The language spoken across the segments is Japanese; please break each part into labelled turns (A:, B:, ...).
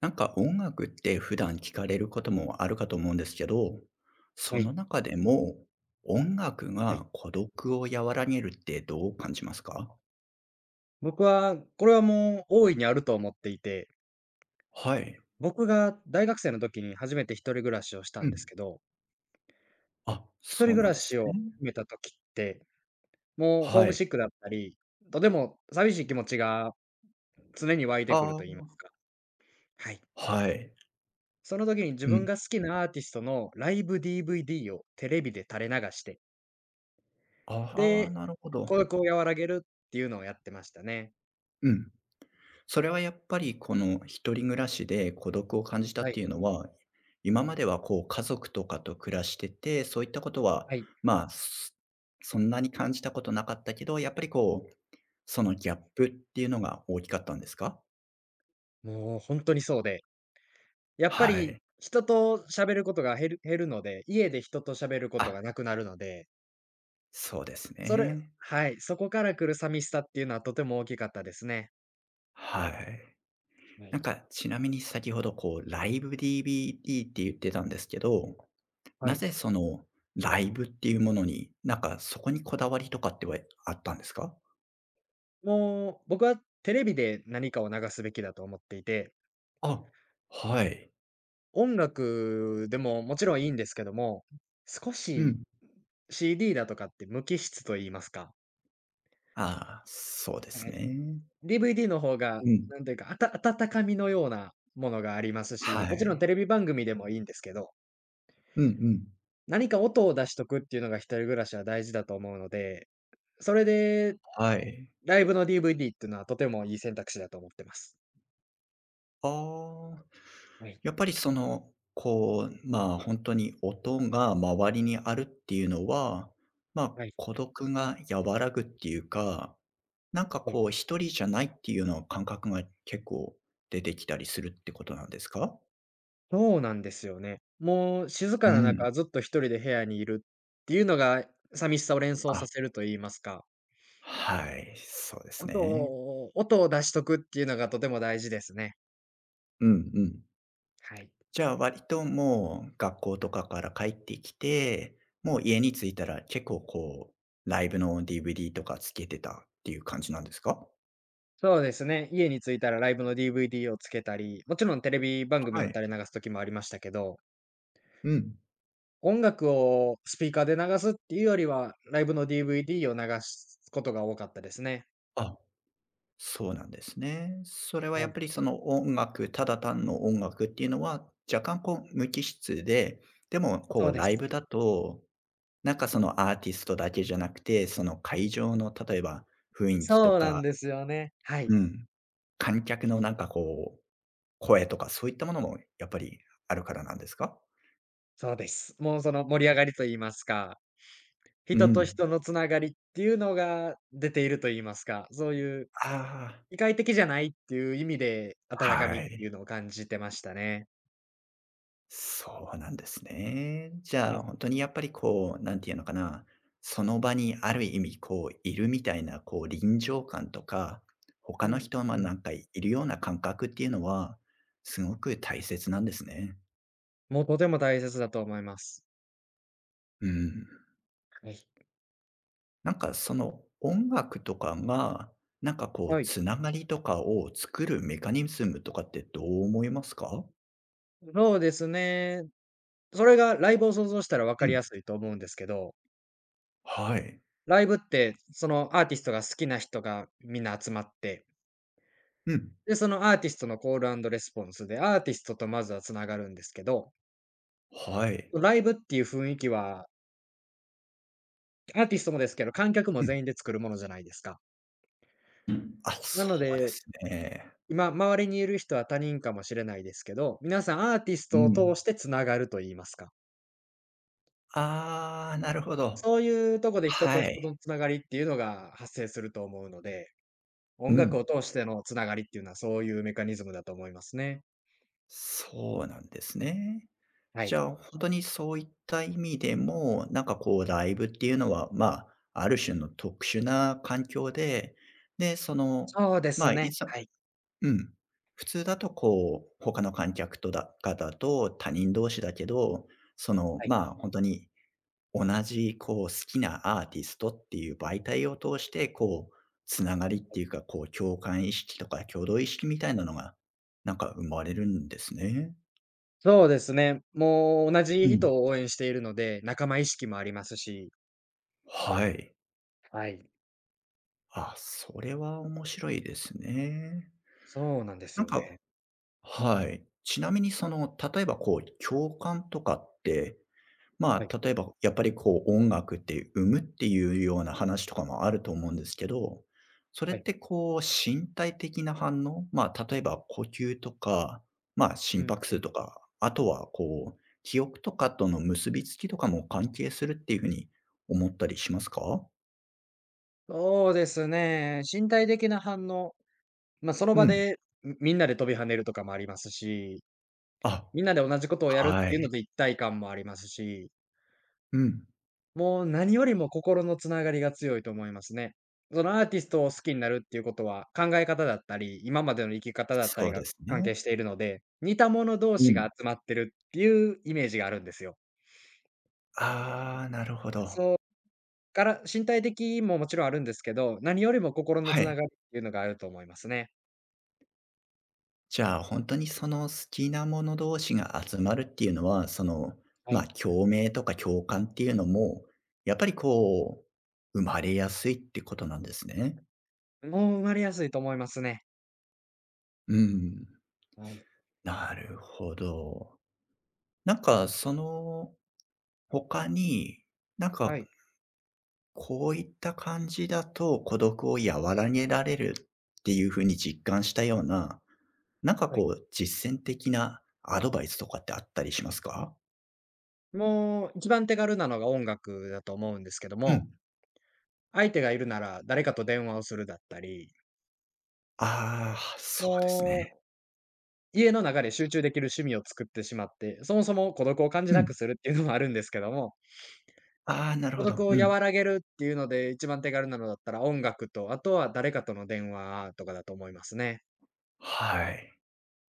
A: 音楽って普段聞かれることもあるかと思うんですけど、そ
B: は
A: の
B: い。
A: 中でも音楽
B: はい。
A: が孤独を和らげるってどう感じますか？
B: 僕は、これはもう大いにあると思っていて、
A: はい。
B: 僕が大学生の時に初めて一人暮らしをした
A: う
B: んで
A: ん。
B: すけど、
A: あ、
B: 一
A: そ
B: 人
A: う
B: 暮
A: なん
B: ら
A: です
B: し
A: ね。
B: を始めた時って、もうホー
A: は
B: ム
A: い。
B: シックだったり、とても寂しい気持ちが常に湧いてくる
A: ああ、
B: と言いますか。はい。
A: はい。
B: その時に自
A: う
B: 分
A: ん。
B: が好きなアーティストのライブ DVD をテレビで垂れ流して、
A: ああ、
B: で、
A: なるほ
B: 孤
A: ど。
B: 独を和らげるっていうのをやってましたね。
A: うん。それはやっぱりこの一人暮らしで孤独を感じたっ
B: は
A: てい
B: い。
A: うのは、今まではこう家族とかと暮らしてて、そういったことは、
B: はい。
A: まあ、そそんなに感じたことなかったけど、やっぱりこう、そのギャップっていうのが大きかったんですか？
B: もう本当にそうで、やっぱ
A: は
B: り、
A: い。
B: 人と喋ることが減るので、家で人と喋ること
A: あ、
B: がなくなるので、
A: そうです
B: それ
A: ね。
B: はい、そこから来る寂しさっていうのはとても大きかったですね。
A: はい。
B: はい。
A: ちなみに先ほどこうライブ DVD って言ってたんですけど、
B: は
A: な
B: い。
A: ぜそのライブっていうものに、そこにこだわりとかってはあったんですか？
B: もう、僕はテレビで何かを流すべきだと思っていて、
A: あ、はい。
B: 音楽でももちろんいいんですけども、少
A: う
B: し
A: ん。
B: CD だとかって無機質と言いますか、
A: ああ、そうで
B: は
A: す
B: い。
A: ね。
B: DVD の方が、
A: うん。
B: なんというか、温かみのようなものがありますし、
A: は
B: もちろん
A: い。
B: テレビ番組でもいいんですけど、
A: うんうん。
B: 何か音を出しとくっていうのが一人暮らしは大事だと思うので、それで
A: はい。
B: ライブの DVD っていうのはとてもいい選択肢だと思ってます。
A: ああ、
B: はい、
A: やっぱりその、こう、まあ、本当に音が周りにあるっていうのは、まあ、
B: はい、
A: 孤独が和らぐっていうか、
B: はい。
A: こう一人じゃないっていうような感覚が結構出てきたりするってことなんですか？
B: そうなんですよね。もう静か
A: う
B: な
A: ん。
B: 中、ずっと一人で部屋にいるっていうのが、寂しさを連想
A: あ、
B: させると言いますか、
A: はい、そうです
B: 音
A: ね。
B: を音を出しとくっていうのがとても大事ですね。
A: うんうん。
B: はい。
A: じゃあ割ともう学校とかから帰ってきて、もう家に着いたら結構こう、ライブの DVD とかつけてたっていう感じなんですか？
B: そうですね。家に着いたらライブの DVD をつけたり、もちろんテレビ番組
A: は
B: を
A: い。
B: 垂れ流す時もありましたけど、
A: うん。
B: 音楽をスピーカーで流すっていうよりは、ライブの DVD を流すことが多かったですね。
A: あ、そうなんですね。それは
B: は
A: やっ
B: い。
A: ぱりその音楽、ただ単の音楽っていうのは、若干こう無機質で、でもこ
B: そう
A: う
B: で
A: ライ
B: す。
A: ブだと、そのアーティストだけじゃなくて、その会場の例えば雰囲気と
B: そうなん
A: か、
B: ですよね。はい、
A: うん、観客のこう声とかそういったものもやっぱりあるからなんですか？
B: そうです。もうその盛り上がりと言いますか、
A: う
B: 人と
A: ん。
B: 人のつながりっていうのが出ていると言いますか、そういう
A: あ
B: 異界的じゃないっていう意味で、
A: あ、
B: 温かみ
A: は
B: って
A: い。
B: いうのを感じてましたね。
A: そうなんですね。じ
B: は
A: ゃあ、
B: い。
A: 本当にやっぱりこう、なんていうのかな、その場にある意味こういるみたいなこう臨場感とか、他
B: う
A: の
B: ん、
A: 人も
B: うん。
A: いるような感覚っていうのは、すごく大切なんですね。
B: もうとても大切だと思います。
A: うん。
B: はい。
A: その音楽とかが、こう
B: はい。
A: つながりとかを作るメカニズムとかってどう思いますか？
B: そうですね。それがライブを想像したら分
A: う
B: かり
A: ん。
B: やすいと思うんですけど、
A: はい。
B: ライブって、そのアーティストが好きな人がみんな集まって、
A: うん。
B: で、そのアーティストのコールアンドレスポンスで、アーティストとまずはつながるんですけど、
A: はい。
B: ライブっていう雰囲気は、アーティストもですけど、観客も
A: うん。
B: 全員で作るものじゃないですか。
A: うん。あ、
B: な
A: そ
B: の
A: うで
B: で、
A: すね。
B: 今、周りにいる人は他人かもしれないですけど、皆さんアーティス
A: う
B: トを通
A: ん。
B: してつながると言いますか。
A: ああ、なるほど。
B: そういうとこで人と
A: は
B: 人と
A: い。
B: のつながりっていうのが発生すると思うので、
A: う
B: 音楽
A: ん。
B: を通してのつながりっていうのはそういうメカニズムだと思いますね。
A: そうなんですね。
B: は
A: じ
B: い。
A: ゃあ、本当にそういった意味でも、こうライブっていうのは、まあ、ある種の特殊な環境で、で、その、
B: そうで
A: ま
B: す
A: あ、い
B: ね。
A: ざ
B: はい。
A: うん。普通だとこう、他の観客と方と他人同士だけど、その、
B: はい。
A: まあ、本当に同じこう好きなアーティストっていう媒体を通して、こう、つながりっていうか、こう共感意識とか共同意識みたいなのが、生まれるんですね。
B: そうですね。もう同じ
A: うん。
B: 人を応援しているので、仲間意識もありますし。
A: はい。
B: はい。
A: あ、それは面白いですね。
B: そうなんです
A: なん
B: よ
A: か
B: ね。
A: はい。ちなみにその、例えばこう共感とかって、
B: は
A: ま
B: い、
A: あ、例えば、やっぱりこう、音楽って生むっていうような話とかもあると思うんですけど、それっ
B: はい。
A: てこう、身体的な反応、まあ、例えば呼吸とか、まあ、
B: う
A: 心
B: ん
A: 拍
B: う
A: 数
B: ん。
A: とか、あとはこう、記憶とかとの結びつきとかも関係するっていうふうに思ったりしますか？
B: そうですね、身体的な反応、まあ、その
A: う
B: 場
A: ん。
B: で、みんなで飛び跳ねるとかもありますし、
A: あ、
B: みんなで同じことをやるっ
A: は
B: ていうの
A: い。
B: で一体感もありますし。
A: うん。
B: もう何よりも心のつながりが強いと思いますね。そのアーティストを好きになるっていうことは、考え方だったり、今までの生き方だった
A: そ
B: り
A: うで
B: が
A: す
B: 関
A: ね。
B: 係しているので、似た者同
A: う
B: 士
A: ん。
B: が集まってるっていうイメージがあるんですよ。
A: ああ、なるほど。
B: そうから、身体的ももちろんあるんですけど、何よりも心の
A: は
B: つ
A: い。
B: ながりっていうのがあると思いますね。
A: じゃあ、本当にその好きなもの同士が集まるっていうのは、その、
B: は
A: ま、
B: い。
A: 共鳴とか共感っていうのも、やっぱりこう、生まれやすいってことなんですね。
B: もう生まれやすいと思いますね。
A: うん、
B: はい。
A: なるほど。その他に、なん
B: は
A: か
B: い。
A: こういった感じだと孤独を和らげられるっていうふうに実感したような、
B: は
A: こ
B: い。
A: う実践的なアドバイスとかってあったりしますか？
B: もう一番手軽なのが音楽だと思うんですけど
A: う
B: も、
A: ん。
B: 相手がいるなら誰かと電話をするだったり、
A: ああ、そうですね。
B: も家の中で集中できる趣味を作ってしまって、そもそも孤独を感じ
A: う
B: な
A: ん。
B: くするっていうのもあるんですけども、
A: ああ、な る
B: 孤
A: ほ
B: 独
A: ど。
B: を
A: うん。
B: 和らげるっていうので一番手軽なのだったら音楽と、あとは誰かとの電話とかだと思いますね。
A: はい。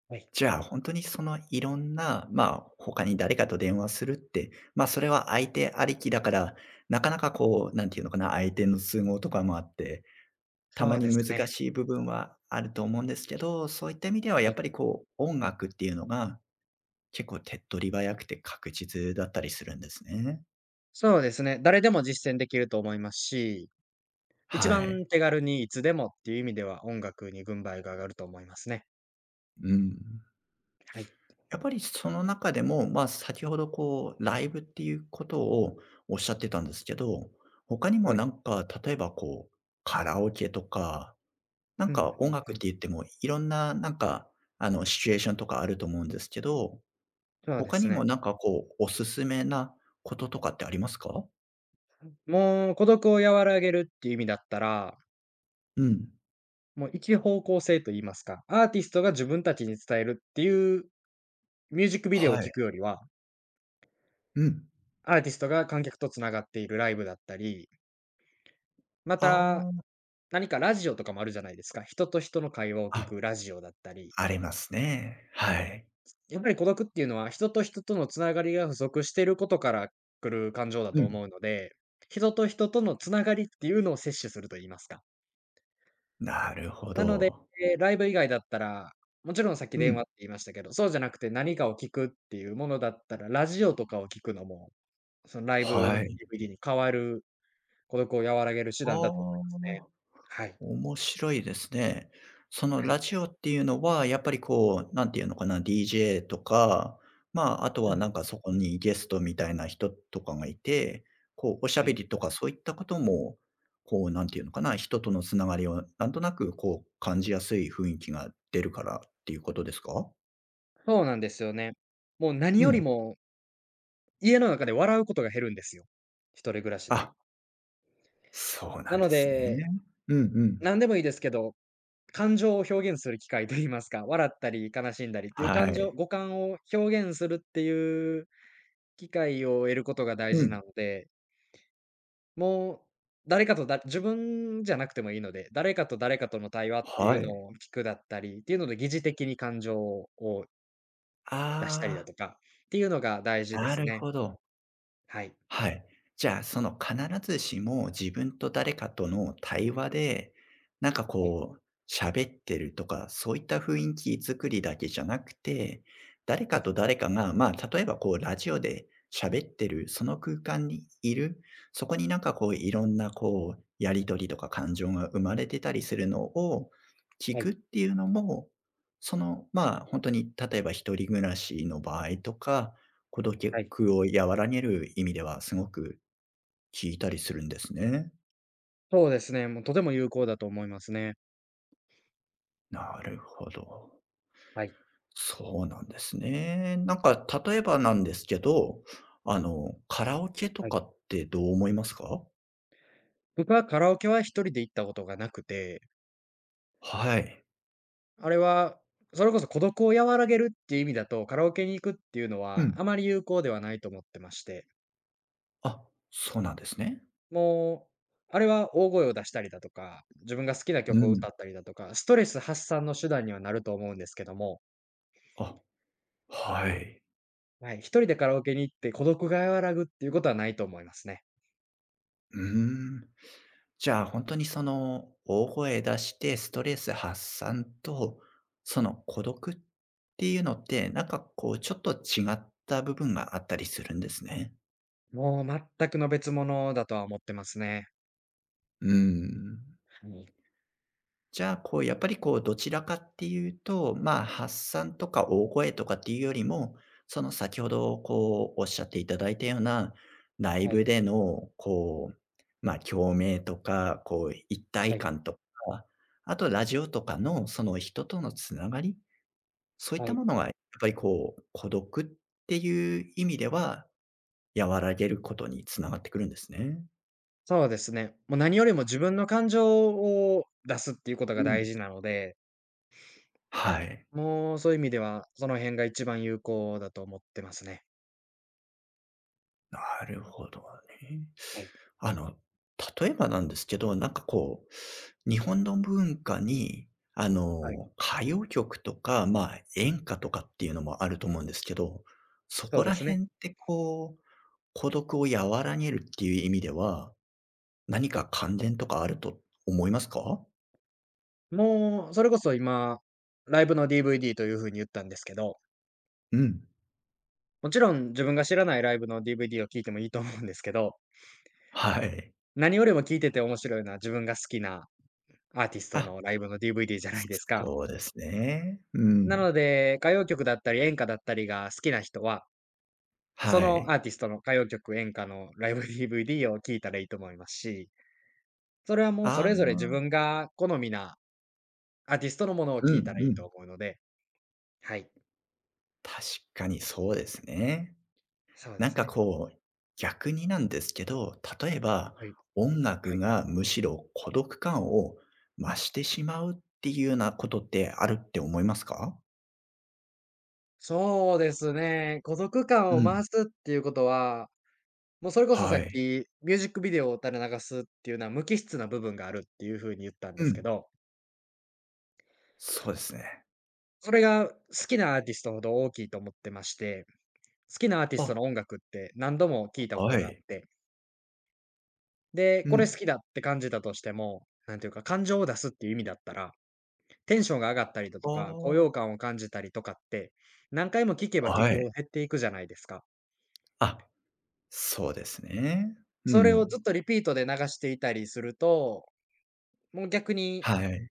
B: はい。
A: じゃあ、本当にそのいろんな、まあ、他に誰かと電話するって、まあ、それは相手ありきだから、なかなかこう、なんていうのかな、相手の都合とかもあって、た
B: そ
A: ま
B: う
A: に
B: で
A: 難
B: すね。
A: しい部分はあると思うんですけど、そういった意味では
B: は
A: やっ
B: い。
A: ぱりこう、音楽っていうのが結構手っ取り早くて確実だったりするんですね。
B: そうですね。誰でも実践できると思いますし、一
A: はい。
B: 番手軽にいつでもっていう意味では音楽に軍配が上がると思いますね。
A: うん。
B: はい。
A: やっぱりその中でも、まあ、先ほどこう、ライブっていうことをおっしゃってたんですけど、他にも、
B: はい。
A: 例えばこう、カラオケとか、
B: うんう
A: 音
B: んう
A: 楽っ
B: ん。
A: て言っても、いろんな、あの、シチュエーションとかあると思うんですけど、
B: そうで
A: 他
B: す
A: にも
B: ね。
A: こう、おすすめなこととかってありますか？
B: もう孤独を和らげるっていう意味だったら、
A: うん。
B: もう一方向性と言いますか、アーティストが自分たちに伝えるっていうミュージックビデオを
A: は
B: 聞く
A: い。
B: よりは、
A: うん。
B: アーティストが観客とつながっているライブだったり、また、
A: あ
B: 何かラジオとかもあるじゃないですか。人と人の会話を
A: あ、
B: 聞くラジオだったり、
A: ありますね。はい。
B: やっぱり孤独っていうのは人と人とのつながりが不足していることから来る感情だ
A: う
B: と
A: ん。
B: 思うので、人と人とのつながりっていうのを摂取すると言いますか。
A: なるほ
B: なので、
A: ど。
B: ライブ以外だったら、もちろんさっき
A: う
B: 電
A: ん。
B: 話って言いましたけど、そうじゃなくて何かを聞くっていうものだったら、ラジオとかを聞くのも、そのライブの
A: はい。
B: DVD に変わる孤独を和らげる手
A: あ
B: 段だと思いますね。
A: あ。
B: はい。
A: 面白いですね。その
B: はい。
A: ラジオっていうのは、やっぱりこう、なんていうのかな、DJ とか、まあ、あと
B: う
A: は
B: ん
A: そこ
B: うんうん。
A: にゲストみたいな人とかがいて、こう、おしゃ
B: は
A: べ
B: い。
A: りとかそういったことも、こう、なんていうのかな、人とのつながりをなんとなくこう、感じやすい雰囲気が出るからっていうことですか？
B: そうなんですよね。もう何
A: う
B: より
A: ん。
B: も、家の中で笑うことが減るんですよ。一人暮らしで
A: あ、
B: は。
A: そうな
B: な
A: ん
B: の
A: ですね。
B: で、
A: うんうん。
B: 何でもいいですけど、感情を表現する機会と言いますか、笑ったり悲しんだりっていう
A: は
B: 感情
A: い。
B: 五感を表現するっていう機会を得ることが大
A: う
B: 事
A: ん。
B: なので、もう誰かとだ自分じゃなくてもいいので、誰かと誰かとの対話ってい
A: は
B: うの
A: い。
B: を聞くだったりっていうので、疑似的に感情を出したりだ
A: あ
B: とかっていうのが大事
A: あ、
B: で
A: な
B: す
A: る
B: ね。
A: ほど。
B: はい。
A: はい。じゃあ、その必ずしも自分と誰かとの対話で、
B: はい、
A: こう、喋ってるとか、そういった雰囲気作りだけじゃなくて、誰
B: は
A: か
B: い、
A: と誰かが、まあ、例えばこう、ラジオで喋ってる、その空間にいる、そこにこう、いろんなこう、やりとりとか感情が生まれてたりするのを聞
B: は
A: くっ
B: い、
A: ていうのも、その、まあ、本当に例えば一人暮らしの場合とか、孤独
B: はい。
A: を和らげる意味ではすごく効いたりするんですね。
B: そうですね、もうとても有効だと思いますね。
A: なるほど。
B: はい、
A: そうなんですね。例えばなんですけど、あの、カラオケと
B: はい。
A: かってどう思いますか？
B: 僕はカラオケは一人で行ったことがなくて、
A: はい。
B: あれは、それこそ孤独を和らげるっていう意味だと、カラオケに行くっていうの
A: う
B: は
A: ん。
B: あまり有効ではないと思ってまして。
A: あ、そうなんですね。
B: もう、あれは大声を出したりだとか、自分が好きな
A: う
B: 曲を
A: ん。
B: 歌ったりだとか、ストレス発散の手段にはなると思うんですけども、
A: あ、はい。
B: はい、一人でカラオケに行って孤独が和らぐっていうことはないと思いますね。
A: うーん。じゃ
B: は
A: あ、
B: い。
A: 本当にその、大声出してストレス発散と、その孤独っていうのって、こう、ちょっと違った部分があったりするんですね。
B: もう全くの別物だとは思ってますね。
A: うーん。
B: はい、
A: じゃあ、こう、やっぱりこう、どちらかっていうと、まあ、発散とか大声とかっていうよりも、その先ほどこう、おっしゃっていただいたような、内
B: はい、
A: 部でのこう、ま、共鳴とか、こう、一体
B: はい、
A: 感とか、あとラジオとかのその人とのつながりそういっ
B: は
A: た
B: い。
A: ものがやっぱりこう、孤独っていう意味では、和らげることに繋がってくるんですね。
B: そうですね。もう何よりも自分の感情を出すっていうこと
A: う
B: が大
A: ん。
B: 事なので、
A: はい。
B: もうそういう意味では、その辺が一番有効だと思ってますね。
A: なるほどね。
B: はい、
A: あの、例えばなんですけど、こう、日本の文化に、あ
B: はい。
A: の、歌謡曲とか、まあ、演歌とかっていうのもあると思うんですけど、そ
B: そ
A: こ
B: うで
A: ら
B: すね。
A: 辺ってこう、孤独を和らげるっていう意味では、何
B: はい。
A: か関連とかあると思いますか？
B: もう、それこそ今、ライブの DVD というふうに言ったんですけど、
A: うん。
B: もちろん自分が知らないライブの DVD を聞いてもいいと思うんですけど、
A: はい。
B: 何よりも聞いてて面白いのは自分が好きなアーティスト
A: あ、
B: のライブの DVD じゃないですか。
A: そうですね。う
B: な
A: ん。
B: ので、歌謡曲だったり演歌だったりが好きな人は、そ
A: は
B: のアー
A: い。
B: ティストの歌謡曲、演歌のライブ DVD を聴いたらいいと思いますし、それはもうそ
A: あ
B: れぞれ自分
A: あ、
B: が好みなアーティストのものを
A: うん
B: 聴
A: う
B: いたらいいと
A: ん。
B: 思うので、はい、
A: 確かにそうですね。
B: そうですね。
A: こう、逆になんですけど、例えば、
B: はい。
A: 音
B: は
A: 楽
B: い。
A: がむしろ孤独感を増してしまうっていうようなことってあるって思いますか？
B: そうですね。孤独感
A: う
B: を
A: ん。
B: 増すっていうことは、もうそれこそさ
A: は
B: っ
A: い。
B: き、ミュージックビデオを垂れ流すっていうのは無機質な部分があるっていう風に言ったんで
A: う
B: すけ
A: ん。
B: ど、
A: そうですね。
B: それが好きなアーティストほど大きいと思ってまして、好きなアーティスト
A: あ、
B: の音楽って何度も聞いたこと
A: は
B: があっ
A: い。
B: て、で、
A: う
B: これ好
A: ん。
B: きだって感じたとしても、なんていうか感情を出すっていう意味だったら、テンションが上がったりだ
A: あ
B: とか、高揚
A: あ、
B: 感を感じたりとかって、何回も聞けば聞
A: は
B: くほ
A: い。
B: ど減っていくじゃないですか。
A: あ、そうですね。う
B: それ
A: ん。
B: をずっとリピートで流していたりすると、もう逆に
A: はい。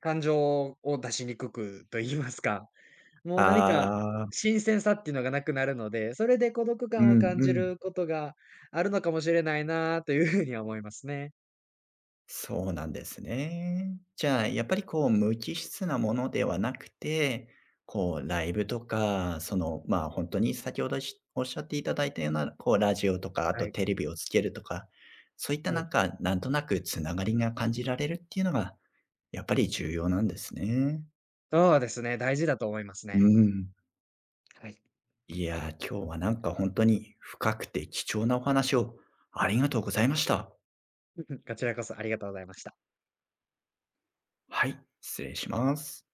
B: 感情を出しにくくと言いますか、もう何か
A: ああ。
B: 新鮮さっていうのがなくなるので、それで孤独
A: う
B: 感を
A: ん
B: 感
A: う
B: じ
A: ん。
B: ることがあるのかもしれないなというふうには思いますね。
A: そうなんですね。じゃあ、
B: はい。
A: やっぱりこう、無機質なものではなくて、こう、ライブとか、その、まあ、本当に先ほどおっしゃっていただいたような、こう、ラジオとか、あ
B: は
A: と
B: い。
A: テレビをつけるとか、そういった、
B: はい。
A: なんとなくつながりが感じられるっていうのが、やっぱり重要なんですね。
B: そうですね、大事だと思います
A: う
B: ね。
A: ん。
B: はい。
A: いやー、今日は本当に深くて貴重なお話をありがとうございました。
B: こちらこそありがとうございました。
A: はい、失礼します。